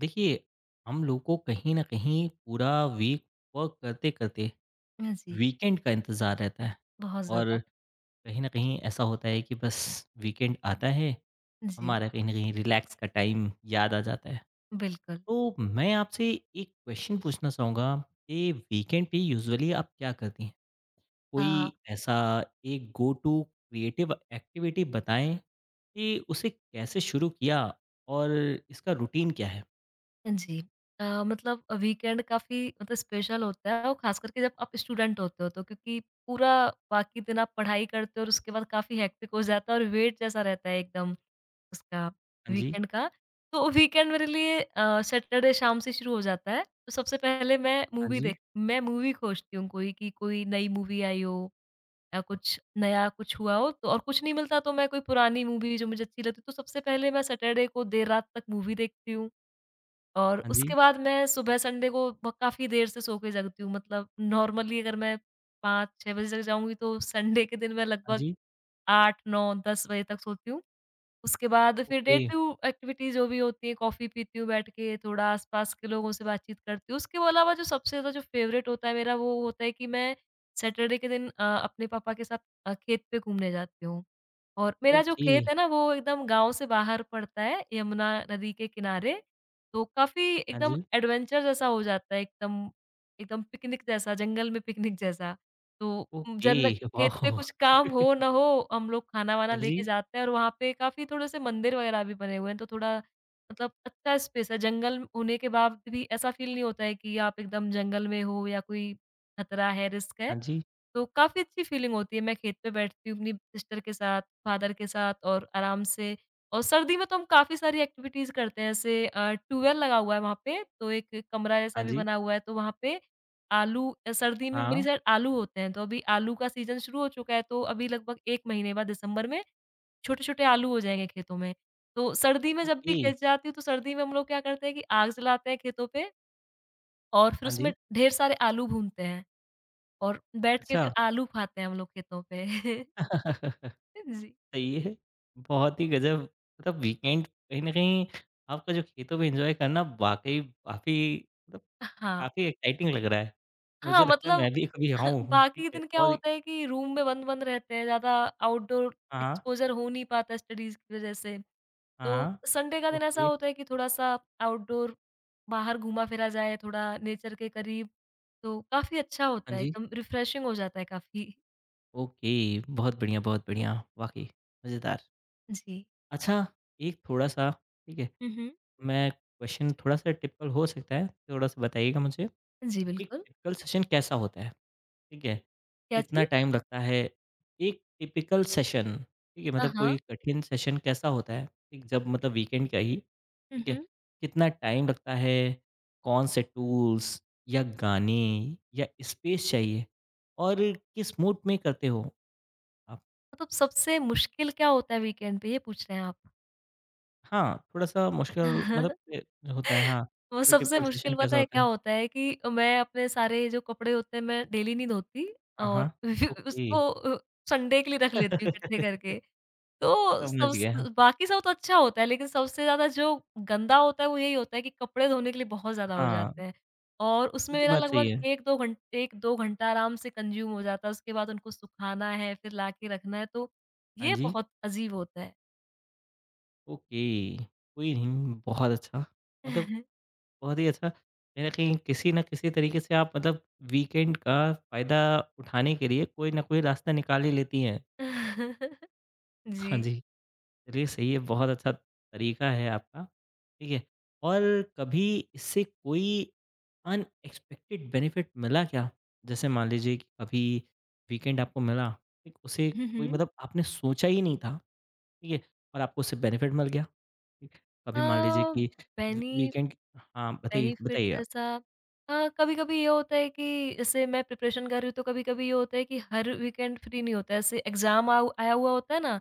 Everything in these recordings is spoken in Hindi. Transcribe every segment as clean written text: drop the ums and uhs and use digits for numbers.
देखिए, हम लोग को कहीं न कहीं पूरा वीक वर्क करते-करते हाँ जी, वीकेंड का इंतज़ार रहता है बहुत और ज़्यादा। कहीं न कहीं ऐसा होता है कि बस वीकेंड आता है, जी, हमारा कहीं न कहीं रिलैक्स का टाइम याद आ जाता है। बिल्कुल। तो मैं आपसे एक क्वेश्चन पूछना चाहूँगा कि वीकेंड पे यूजुअली आप क्या करती हैं? अ, कोई ऐसा एक गो टू क्रिएटिव एक्टिविटी बताएँ कि उसे कैसे शुरू किया और इसका रूटीन क्या है? जी। मतलब वीकेंड काफ़ी मतलब स्पेशल होता है और ख़ास करके जब आप स्टूडेंट होते हो, तो क्योंकि पूरा बाकी दिन आप पढ़ाई करते हो और उसके बाद काफ़ी हेक्टिक हो जाता है और वेट जैसा रहता है एकदम उसका हाँ जी, वीकेंड का। तो वीकेंड मेरे लिए सैटरडे शाम से शुरू हो जाता है। तो सबसे पहले हाँ जी, मैं मूवी खोजती हूँ कोई कि कोई नई मूवी आई हो या कुछ नया कुछ हुआ हो, तो और कुछ नहीं मिलता तो मैं कोई पुरानी मूवी जो मुझे अच्छी लगती, तो सबसे पहले मैं सैटरडे को देर रात तक मूवी देखती हूँ। और हाँ जी, उसके बाद मैं सुबह संडे को ब काफ़ी देर से सो के जगती हूँ, मतलब नॉर्मली अगर मैं 5-6 बजे जग जाऊँगी तो संडे के दिन मैं हाँ लगभग जी। 8-9-10 बजे तक सोती हूँ। उसके बाद फिर डे ओके, टू एक्टिविटी जो भी होती है, कॉफ़ी पीती हूँ बैठ के, थोड़ा आस-पास के लोगों से बातचीत करती हूँ। उसके अलावा जो सबसे ज़्यादा जो फ़ेवरेट होता है मेरा, वो होता है कि मैं सैटरडे के दिन अपने पापा के साथ खेत पे घूमने जाती हूँ। और मेरा जो ओके। खेत है ना, वो एकदम गाँव से बाहर पड़ता है, यमुना नदी के किनारे। तो काफ़ी हाँ एकदम जी, एडवेंचर जैसा हो जाता है, एकदम एकदम पिकनिक जैसा, जंगल में पिकनिक जैसा। तो जब ना ओके, खेत पे वाओ! कुछ काम हो ना हो, हम लोग खाना-वाना हाँ जी, लेके जाते हैं और वहाँ पे काफ़ी थोड़े से मंदिर वगैरह भी बने हुए हैं, तो थोड़ा मतलब अच्छा स्पेस है। जंगल होने के बाद भी ऐसा फ़ील नहीं होता है कि आप एकदम जंगल में हो या कोई खतरा है, रिस्क हाँ है। जी, तो काफ़ी अच्छी फ़ीलिंग होती है। मैं खेत पे बैठती हूँ अपनी सिस्टर के साथ। फादर के साथ और आराम से। और सर्दी में तो हम काफ़ी सारी एक्टिविटीज़ करते हैं, जैसे ट्यूबवेल लगा हुआ है वहाँ पे, तो एक कमरा जैसा हाँ भी जी, बना हुआ है, तो वहाँ पे आलू सर्दी में मेरी हाँ, साइड आलू होते हैं, तो अभी आलू का सीज़न शुरू हो चुका है, तो अभी लगभग 1 महीने बाद दिसंबर में छोटे-छोटे आलू हो जाएँगे खेतों में। तो सर्दी में जब भी ओके, खेत जाती हूँ, तो सर्दी में हम लोग क्या करते हैं कि आग जलाते हैं खेतों पे और फिर हाँ जी, उसमें ढेर सारे आलू भूनते हैं और बैठ के अच्छा। फिर आलू खाते हैं हम लोग खेतों पे। जी। सही है, बहुत ही गज़ब मतलब वीकेंड कहीं न कहीं आपका जो खेतों में एन्जॉय करना वाक़ई काफ़ी मतलब हाँ। काफ़ी एक्साइटिंग लग रहा है। मुझे हाँ, लगता है मतलब मैं भी कभी आऊँ, ठीक बाकी है? दिन क्या और होता है कि रूम में बंद-बंद रहते हैं, ज़्यादा आउटडोर हाँ, एक्सपोज़र हो नहीं पाता स्टडीज़ की वज़ह से। हाँ, तो हाँ, संडे का दिन ऐसा ओके, होता है कि थोड़ा-सा आउटडोर बाहर घूमा-फिरा जाए, थोड़ा नेचर के करीब, तो काफ़ी अच्छा हाँ होता है, जी, एकदम रिफ्रेशिंग हो जाता है काफ़ी। ओके, बहुत बढ़िया, वाक़ई मज़ेदार। जी। अच्छा, एक थोड़ा-सा ठीक है हुँ, हुँ। मैं क्वेश्चन थोड़ा-सा टिपिकल हो सकता है, थोड़ा-सा बताइएगा मुझे। जी, एक बिल्कुल। टिपिकल सेशन कैसा होता है? ठीक है? क्या कितना चीज़? टाइम लगता है? एक टिपिकल सेशन ठीक है, हाँ, मतलब कोई हाँ। कठिन सेशन कैसा होता है? एक जब मतलब वीकेंड का ही, हुँ, ठीक है? हुँ। कितना टाइम लगता है? कौन से टूल्स या गाने या स्पेस चाहिए? और किस मूड में करते हो आप? मतलब सबसे मुश्किल क्या होता है वीकेंड पे, ये पूछ रहे हैं आप? हाँ, थोड़ा-सा मुश्किल मतलब ए होता है हाँ, वो कोई सबसे टिपिकल सेशन मुश्किल कैसा पता है होता क्या है? होता है कि मैं अपने सारे जो कपड़े होते हैं, मैं डेली नहीं धोती हाँ, हाँ। और ओके। उसको संडे के लिए रख लेती हूँ इकट्ठे करके। तो समझ सबस गया। बाकी सब तो अच्छा होता है, लेकिन सबसे ज़्यादा जो गंदा होता है वो यही होता है कि कपड़े धोने के लिए बहुत ज़्यादा हो हाँ, जाते हैं। और ये उसमें तो मेरा बात सही लगभग है। 1-2 घंटा आराम से कंज़्यूम हो जाता है, उसके बाद उनको सुखाना है, फिर लाके रखना है, तो हाँ ये जी, बहुत अज़ीब होता है। ओके, कोई नहीं, बहुत अच्छा। मतलब बहुत ही अच्छा, कहीं न कहीं किसी न किसी तरीके से आप मतलब वीकेंड का फ़ायदा उठाने के लिए कोई ना कोई रास्ता निकाल ही लेती हैं। हाँ जी। जी, चलिए सही है, बहुत अच्छा तरीका है आपका, ठीक है। और कभी इससे कोई अनएक्सपेक्टेड बेनिफिट मिला क्या? जैसे मान लीजिए कि कभी वीकेंड आपको मिला, ठीक, उसे हुँ, कोई हुँ। मतलब आपने सोचा ही नहीं था। ठीक है? और आपको उससे बेनिफिट मिल गया। ठीक, अ, कभी मान लीजिए कि वी बेनी वीकेंड हाँ, बताइए बेनिफिट बताइए आप? जैसा कभी-कभी ये होता है कि जैसे मैं प्रिपरेशन कर रही हूँ, तो कभी-कभी ये होता है कि हर वीकेंड फ्री नहीं होता है। ऐसे एग्ज़ाम आउ आया हुआ होता है ना,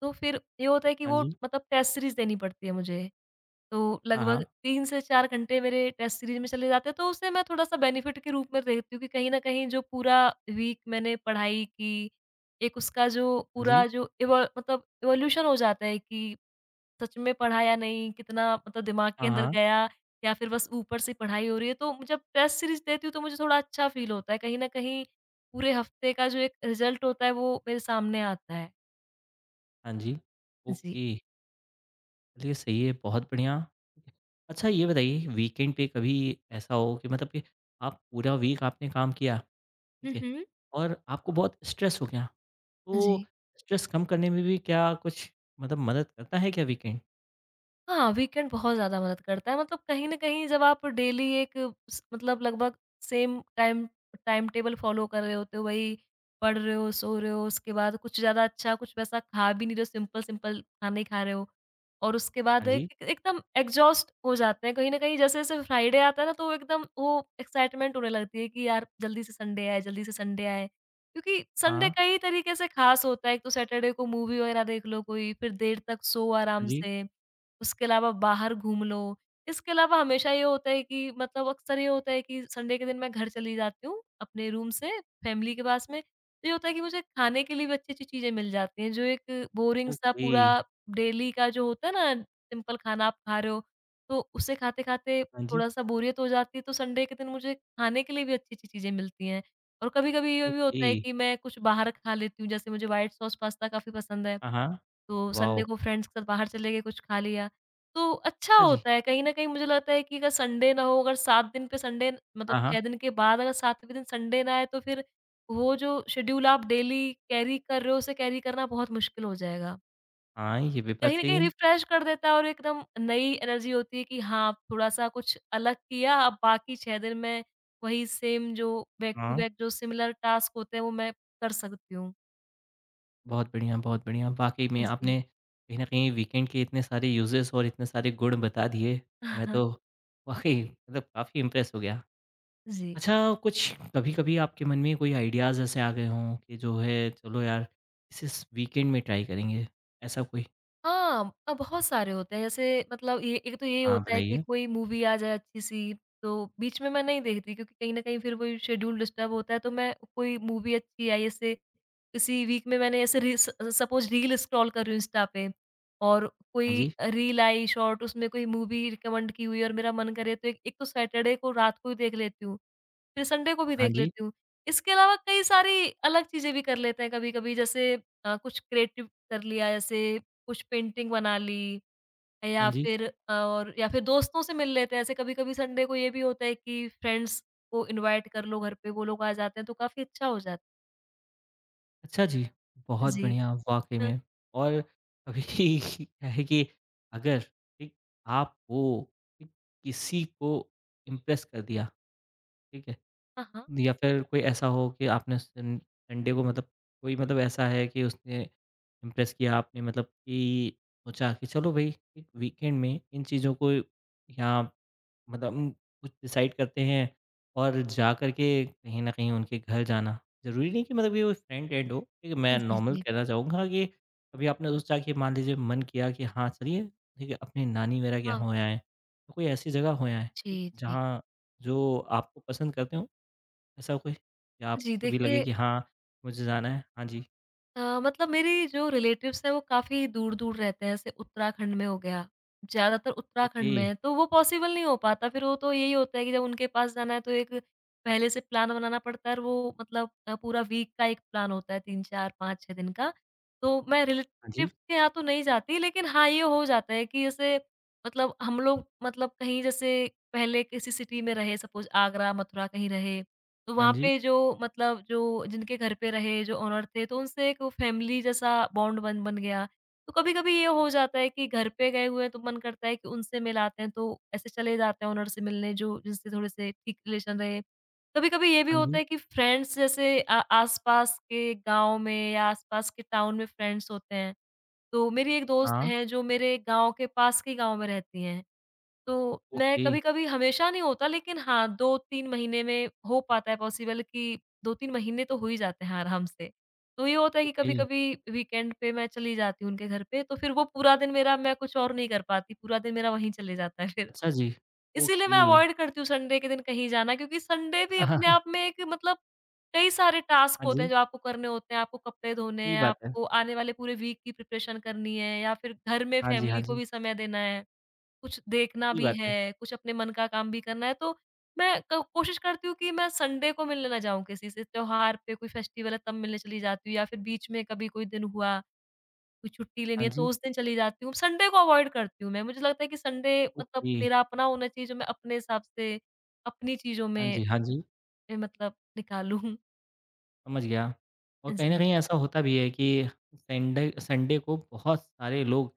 तो फिर ये होता है कि हाँ वो जी, मतलब टेस्ट सीरीज़ देनी पड़ती है मुझे। तो हाँ, लगभग हाँ, 3 से 4 घंटे मेरे टेस्ट सीरीज़ में चले जाते हैं, तो उसे मैं थोड़ा-सा बेनिफिट के रूप में देखती हूँ कि कहीं न कहीं जो पूरा वीक मैंने पढ़ाई की, एक उसका जो हाँ जी, पूरा जो इवॉ मतलब इवोल्यूशन हो जाता है कि सच में पढ़ा या नहीं, कितना मतलब दिमाग के हाँ, अंदर हाँ, गया या फिर बस ऊपर से पढ़ाई हो रही है। तो जब टेस्ट सीरीज़ देती हूँ तो मुझे थोड़ा अच्छा फ़ील होता है, कहीं न कहीं पूरे हफ़्ते का जो एक रिज़ल्ट होता है वो मेरे सामने आता है। हाँ जी। जी। ओके, चलिए सही है, बहुत बढ़िया। ठीक है, अच्छा ये बताइए वीकेंड पे कभी ऐसा हो कि मतलब कि आप पूरा वीक आपने काम किया, हुँ, ठीक है? हुँ। और आपको बहुत स्ट्रेस हो गया, तो जी। स्ट्रेस कम करने में भी क्या कुछ मतलब मदद करता है क्या वीकेंड? हाँ, वीकेंड बहुत ज़्यादा मदद करता है, मतलब कहीं न कहीं जब आप डेली एक स मतलब लगभग same time time table follow कर रहे होते हो, वही पढ़ रहे हो, सो रहे हो, उसके बाद कुछ ज़्यादा अच्छा कुछ वैसा खा भी नहीं रहे हो, सिंपल-सिंपल खाने खा रहे हो और उसके हाँ बाद एक जी, एक- एकदम एग्ज़ॉस्ट हो जाते हैं कहीं न कहीं, जैसे-जैसे फ्राइडे आता है ना, तो एकदम वो एक्साइटमेंट होने लगती है कि यार जल्दी से संडे आए, जल्दी से संडे आए। क्योंकि संडे हाँ, कई तरीके से ख़ास होता है, एक तो सैटरडे को मूवी वग़ैरह देख लो कोई, फिर देर तक सो हाँ आराम जी, से। उसके अलावा बाहर घूम लो। इसके अलावा हमेशा ये होता है कि मतलब अक्सर ये होता है कि संडे के दिन मैं घर चली जाती हूँ, अपने रूम से फैमिली के पास में। तो ये होता है कि मुझे खाने के लिए भी अच्छी-अच्छी चीज़ें मिल जाती हैं, जो एक बोरिंग सा ओके, पूरा डेली का जो होता है ना, सिंपल खाना आप खा रहे हो, तो उसे खाते-खाते हाँ जी, थोड़ा-सा बोरियत हो जाती है, तो संडे के दिन मुझे खाने के लिए भी अच्छी-अच्छी चीज़ें मिलती हैं। और कभी-कभी ये भी ओके, होता है कि मैं कुछ बाहर खा लेती हूँ, जैसे मुझे व्हाइट सॉस पास्ता काफ़ी पसंद है। हाँ, हाँ, तो संडे वॉव! को फ्रेंड्स के साथ बाहर चले गए, कुछ खा लिया। तो अच्छा अच्छा जी। होता है, कहीं न कहीं मुझे लगता है कि अगर संडे ना हो, अगर 7 दिन पे संडे, मतलब हाँ, हाँ। 6 दिन के बाद अगर 7वें दिन संडे ना आए, तो फिर वो जो शेड्यूल आप डेली कैरी कर रहे हो, उसे कैरी करना बहुत मुश्किल हो जाएगा। हाँ, ये भी बात कहीं न सही कहीं है। रिफ्रेश कर देता है और एकदम नई एनर्जी होती है कि हाँ, अब थोड़ा-सा कुछ अलग किया, अब बाकी 6 दिन मैं वही सेम जो बैक टू हाँ, बैक जो सिमिलर टास्क होते हैं, वो मैं कर सकती हूँ। बहुत बढ़िया, बहुत बढ़िया। वाक़ई में जी। आपने कहीं न कहीं वीकेंड के इतने सारे यूज़ेज़ और इतने सारे गुण बता दिए, मैं तो वाक़ई मतलब काफ़ी इम्प्रेस हो गया। जी। अच्छा, कुछ कभी-कभी आपके मन में कोई आइडियाज़ ऐसे आ गए हों कि जो है चलो यार, इसे इस वीकेंड में ट्राई करेंगे, ऐसा कोई? हाँ, बहुत सारे होते हैं, जैसे मतलब ये एक तो ये हाँ, होता है कि बताइए। कोई मूवी आ जाए अच्छी-सी, तो बीच में मैं नहीं देखती, क्योंकि कहीं न कहीं फिर वही शेड्यूल डिस्टर्ब होता है, तो मैं कोई मूवी अच्छी आई, जैसे इसी वीक में मैंने ऐसे रील्स सपोज़ रील स्क्रॉल कर रही हूँ इंस्टा पे, और हाँ कोई जी, रील आई शॉर्ट, उसमें कोई मूवी रिकमेंड की हुई, और मेरा मन करे, तो एक एक तो सैटरडे को रात को ही देख लेती हूँ। फिर संडे को भी हाँ देख जी, लेती हूँ। इसके अलावा कई सारी अलग चीज़ें भी कर लेते हैं कभी-कभी, जैसे कुछ क्रिएटिव कर लिया, जैसे कुछ पेंटिंग बना ली, या हाँ जी। फिर या फिर दोस्तों से मिल लेते हैं। ऐसे कभी-कभी संडे को ये भी होता है कि फ्रेंड्स को इनवाइट कर लो घर पे, वो लोग आ जाते हैं तो काफ़ी अच्छा हो जाता है। अच्छा जी, बहुत जी। बढ़िया वाक़ई हाँ, में और अभी क्या है कि अगर ठीक आपको ठीक किसी को इम्प्रेस कर दिया, ठीक है? हाँ, हाँ। या फिर कोई ऐसा हो कि आपने सन संडे को मतलब कोई मतलब ऐसा है कि उसने इम्प्रेस किया आपने मतलब कि सोचा कि चलो भई एक वीकेंड में इन चीज़ों को या मतलब कुछ डिसाइड करते हैं और जा कर के कहीं न कहीं उनके घर जाना। ज़रूरी नहीं कि मतलब ये कोई फ्रेंड एंड हो, ठीक है? मैं हाँ जी, नॉर्मल जी। कहना चाहूँगा कि कभी आपने सोचा कि मान लीजिए मन किया कि हाँ, चलिए ठीक है अपनी नानी वगैरह के यहाँ हाँ। हो आएँ, तो कोई ऐसी जगह हो आएँ, ठीक? जी, जी। जहाँ जो आपको पसंद करते हों, ऐसा कोई? या जी, आपको कभी लगे देखिए कि हाँ, मुझे जाना है? हाँ जी, मतलब मेरे जो रिलेटिव्स हैं, वो काफ़ी दूर-दूर रहते हैं, जैसे उत्तराखंड में हो गया, ज़्यादातर ओके, उत्तराखंड में है, तो वो पॉसिबल नहीं हो पाता, फिर वो तो यही होता है कि जब उनके पास जाना है, तो एक पहले से प्लान बनाना पड़ता है और वो मतलब पूरा वीक का एक प्लान होता है 3, 4, 5, 6 दिन का। तो मैं हाँ जी, रिलेटिव्स के यहाँ तो नहीं जाती, लेकिन हाँ, ये हो जाता है कि जैसे मतलब हम लोग मतलब कहीं जैसे पहले किसी सिटी में रहे, सपोज़ आगरा, मथुरा कहीं रहे, तो हाँ वहाँ जी, पे जो मतलब जो जिनके घर पे रहे, जो ओनर थे, तो उनसे एक फैमिली जैसा बॉन्ड बन बन गया। तो कभी-कभी ये हो जाता है कि घर पे गए हुए हैं, तो मन करता है कि उनसे मिलाते हैं, तो ऐसे चले जाते हैं ओनर से मिलने जो जिनसे थोड़े-से ठीक रिलेशन रहे। कभी-कभी ये भी हाँ जी, होता है कि फ्रेंड्स जैसे आस-पास के गाँव में या आस-पास के टाउन में फ्रेंड्स होते हैं। तो मेरी एक दोस्त हाँ, हैं, जो मेरे गाँव के पास के गाँव में रहती हैं। तो मैं ओके, कभी-कभी, हमेशा नहीं होता, लेकिन हाँ, 2-3 महीने में हो पाता है पॉसिबल कि 2-3 महीने तो हो ही जाते हैं आराम से। तो ये होता है कि ओके, कभी-कभी वीकेंड पे मैं चली जाती हूँ उनके घर पे, तो फिर वो पूरा दिन मेरा, मैं कुछ और नहीं कर पाती, पूरा दिन मेरा वहीं चले जाता है फिर। अच्छा जी, इसीलिए ओके। मैं अवॉइड करती हूँ संडे के दिन कहीं जाना, क्योंकि संडे भी अपने आप में एक मतलब कई सारे टास्क हाँ होते जी, हैं जो आपको करने होते हैं, आपको कपड़े धोने सही हैं, बात है। आपको आने वाले पूरे वीक की प्रिपरेशन करनी है या फिर घर में हाँ जी, हाँ फैमिली को जी। भी समय देना है। कुछ देखना सही भी बात है। है, कुछ अपने मन का काम भी करना है, तो मैं क कोशिश करती हूँ कि मैं संडे को मिलने ना जाऊँ किसी से, त्योहार पे कोई फेस्टिवल है तब मिलने चली जाती हूँ या फिर बीच में कभी कोई दिन हुआ, कोई छुट्टी लेनी हाँ है तो जी, उस दिन चली जाती हूँ। संडे को अवॉइड करती हूँ मैं, मुझे लगता है कि संडे मतलब ओके। मेरा अपना होना चाहिए, जो मैं अपने हिसाब से, अपनी चीज़ों हाँ में जी, हाँ जी, मतलब निकालूँ। समझ गया। और कहीं न जी। कहीं ऐसा होता भी है कि संडे संडे को बहुत सारे लोग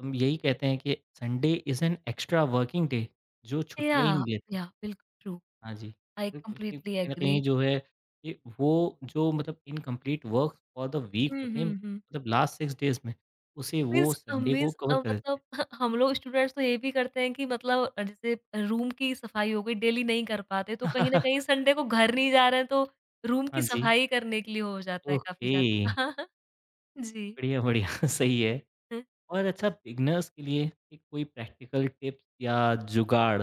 यही कहते हैं कि Sunday is an extra working day जो या, छुट्टियाँ ही नहीं लेते। या बिल्कुल ट्रू। हाँ जी, आई बिल्कुल कि कंप्लीटली कहीं न एग्री। कहीं जो है कि वो जो मतलब incomplete work for the week हुँ, होते हैं हुँ, हुँ। मतलब लास्ट 6 डेज़ में, उसे वो संडे को कवर कर देते मतलब हैं। हम लोग स्टूडेंट्स तो ये भी करते हैं कि मतलब जैसे रूम की सफाई हो गई, डेली नहीं कर पाते, तो कहीं न कहीं संडे को घर नहीं जा रहे हैं, तो रूम हाँ की जी, सफाई करने के लिए हो जाता है काफ़ी ओके। ज़्यादा। जी। बढ़िया, बढ़िया, सही है। हाँ, और अच्छा बिगनर्स के लिए एक कोई प्रैक्टिकल टिप्स या जुगाड़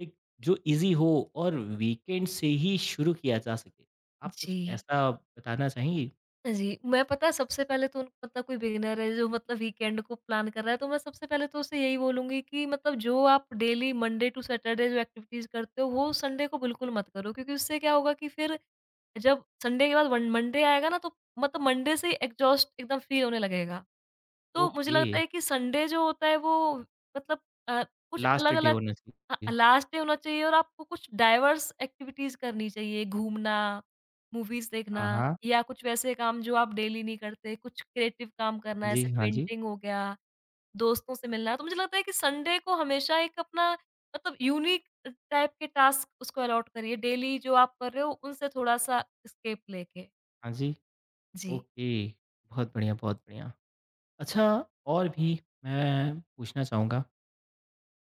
एक जो इजी हो और वीकेंड से ही शुरू किया जा सके आप जी। कुछ ऐसा बताना चाहेंगी? जी, मैं पता है सबसे पहले तो उनको मतलब कोई बिगिनर है जो मतलब वीकेंड को प्लान कर रहा है, तो मैं सबसे पहले तो उसे यही बोलूँगी कि मतलब जो आप डेली मंडे टू सैटरडे जो एक्टिविटीज़ करते हो, वो संडे को बिल्कुल मत करो। क्योंकि उससे क्या होगा कि फिर जब संडे के बाद वन मंडे आएगा ना, तो मतलब मंडे से एग्ज़ॉस्ट एकदम फ़ील होने लगेगा। तो मुझे ओके, लगता है कि संडे जो होता है वो मतलब अ, कुछ लास्ट डे अलग-अलग। होना हाँ, चाहिए। लास्ट डे होना चाहिए और आपको कुछ डाइवर्स एक्टिविटीज़ करनी चाहिए, घूमना, मूवीज़ देखना हाँ, हाँ। या कुछ वैसे काम जो आप डेली नहीं करते, कुछ क्रिएटिव काम करना, जी, ऐसे हाँ जी। पेंटिंग हो गया, दोस्तों से मिलना। तो मुझे लगता है कि संडे को हमेशा एक अपना मतलब यूनिक टाइप के टास्क उसको अलॉट करिए, डेली जो आप कर रहे हो, उनसे थोड़ा-सा एस्केप लेके। हाँ जी, जी। ओके। बहुत बढ़िया, बहुत बढ़िया। अच्छा और भी मैं पूछना चाहूँगा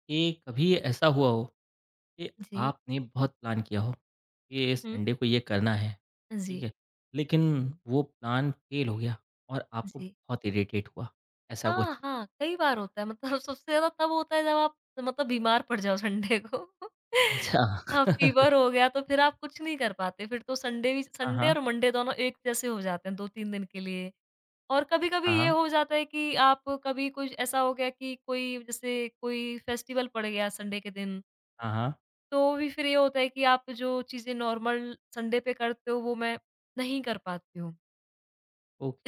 कि कभी ऐसा हुआ हो कि जी। आपने बहुत प्लान किया हो कि ये हुँ, संडे को ये करना है, ठीक जी, है? लेकिन वो प्लान फेल हो गया और आपको जी। बहुत इरिटेट हुआ, ऐसा कुछ? हाँ, हाँ, कई बार होता है, मतलब सबसे ज़्यादा तब होता है जब आप मतलब बीमार पड़ जाओ संडे को। अच्छा। हाँ, फ़ीवर हो गया तो फिर आप कुछ नहीं कर पाते, फिर तो संडे भी हाँ, संडे हाँ। और मंडे दोनों एक जैसे हो जाते हैं 2-3 दिन के लिए। और कभी-कभी हाँ, ये हाँ। हो जाता है कि आप कभी कुछ ऐसा हो गया कि कोई जैसे कोई फेस्टिवल पड़ गया संडे के दिन, हाँ, हाँ। तो भी फिर ये होता है कि आप जो चीज़ें नॉर्मल संडे पे करते हो वो मैं नहीं कर पाती हूँ।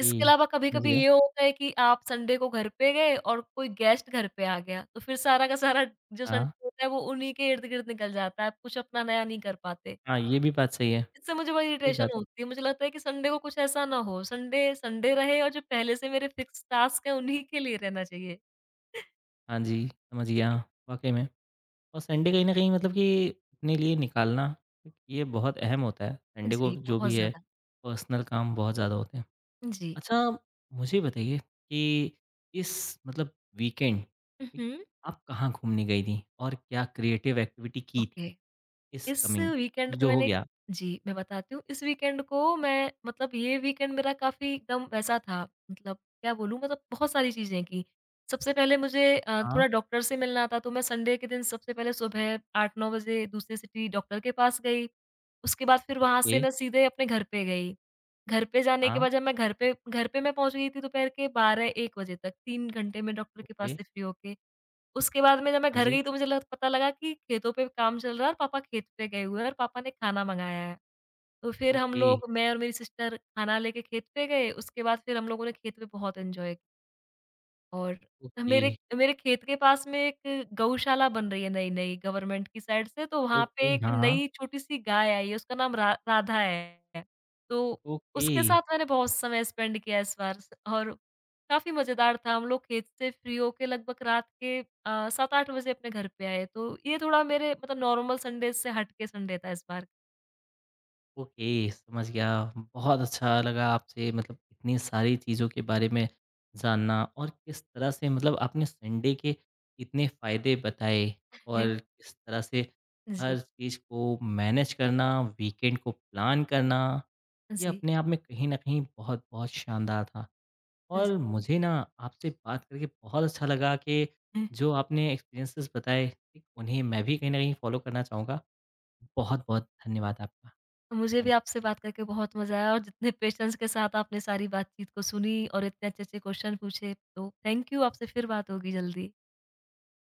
इसके अलावा समझ कभी-कभी गया। ये होता है कि आप संडे को घर पे गए और कोई गेस्ट घर पे आ गया, तो फिर सारा का सारा जो हाँ। संडे होता है वो उन्हीं के इर्द-गिर्द निकल जाता है, आप कुछ अपना नया नहीं कर पाते। हाँ, ये भी बात सही है। इससे मुझे बड़ी सही बात इरिटेशन होती है, मुझे लगता है कि संडे को कुछ ऐसा ना हो, संडे संडे रहे और जो पहले से मेरे फिक्स टास्क हैं उन्हीं के लिए रहना चाहिए। हाँ जी, समझ गया, वाक़ई में। और संडे कहीं न कहीं मतलब कि अपने लिए निकालना, ये बहुत अहम होता है। संडे को जी, जो बहुत भी है, ज़्यादा। पर्सनल काम बहुत ज़्यादा होते हैं। जी। अच्छा, मुझे बताइए कि इस मतलब वीकेंड हुँ, ठीक, हुँ। आप कहाँ घूमने गई थीं? और क्या क्रिएटिव एक्टिविटी की थी ओके। इस इस कमिंग वीकेंड पे जो हो मैंने, गया? जी, मैं बताती हूँ। इस वीकेंड को मैं मतलब ये वीकेंड मेरा काफ़ी एकदम वैसा था, मतलब क्या बोलूँ, मतलब बहुत सारी चीज़ें की। सबसे पहले मुझे हाँ, थोड़ा डॉक्टर से मिलना था, तो मैं संडे के दिन सबसे पहले सुबह 8-9 बजे दूसरी सिटी डॉक्टर के पास गई। उसके बाद फिर वहाँ ओके, से मैं सीधे अपने घर पे गई। घर पे जाने हाँ, के बाद जब मैं घर पे मैं पहुँच गई थी दोपहर के 12-1 बजे तक, 3 घंटे में डॉक्टर के ओके, पास से फ्री होके। उसके बाद में जब मैं हाँ घर जी, गई तो मुझे लग पता लगा कि खेतों पे काम चल रहा है और पापा खेत पे गए हुए हैं और पापा ने खाना मँगाया है। तो फिर हम ओके, लोग, मैं और मेरी सिस्टर, खाना लेके खेत पे गए, उसके बाद फिर हम लोगों ने खेत में बहुत एन्जॉय, और ओके, मेरे मेरे खेत के पास में एक गौशाला बन रही है नई-नई गवर्नमेंट की साइड से, तो वहाँ ओके, पे एक हाँ, हाँ, नई छोटी-सी गाय आई है, उसका नाम रा राधा है। तो ओके। उसके साथ मैंने बहुत समय स्पेंड किया इस बार स और काफ़ी मज़ेदार था। हम लोग खेत से फ्री होके लगभग रात के 7-8 बजे अपने घर पे आए, तो ये थोड़ा मेरे मतलब नॉर्मल संडे से हट के संडे था इस बार। ओके, समझ गया। बहुत अच्छा लगा आपसे मतलब इतनी सारी चीज़ों के बारे में जानना और किस तरह से मतलब आपने संडे के इतने फ़ायदे बताए और किस तरह से हर जी, चीज़ को मैनेज करना, वीकेंड को प्लान करना, ये अपने आप में कहीं न कहीं बहुत-बहुत शानदार था। जी, और मुझे ना आपसे बात करके बहुत अच्छा लगा कि जी। जो आपने एक्सपीरियंसेस बताए, ठीक, उन्हें मैं भी कहीं न कहीं फ़ॉलो करना चाहूँगा। बहुत-बहुत धन्यवाद आपका। मुझे हाँ भी जी। आपसे बात करके बहुत मज़ा आया और जितने पेशेंस के साथ आपने सारी बातचीत को सुनी और इतने अच्छे-अच्छे क्वेश्चन पूछे, तो थैंक यू। आपसे फिर बात होगी जल्दी।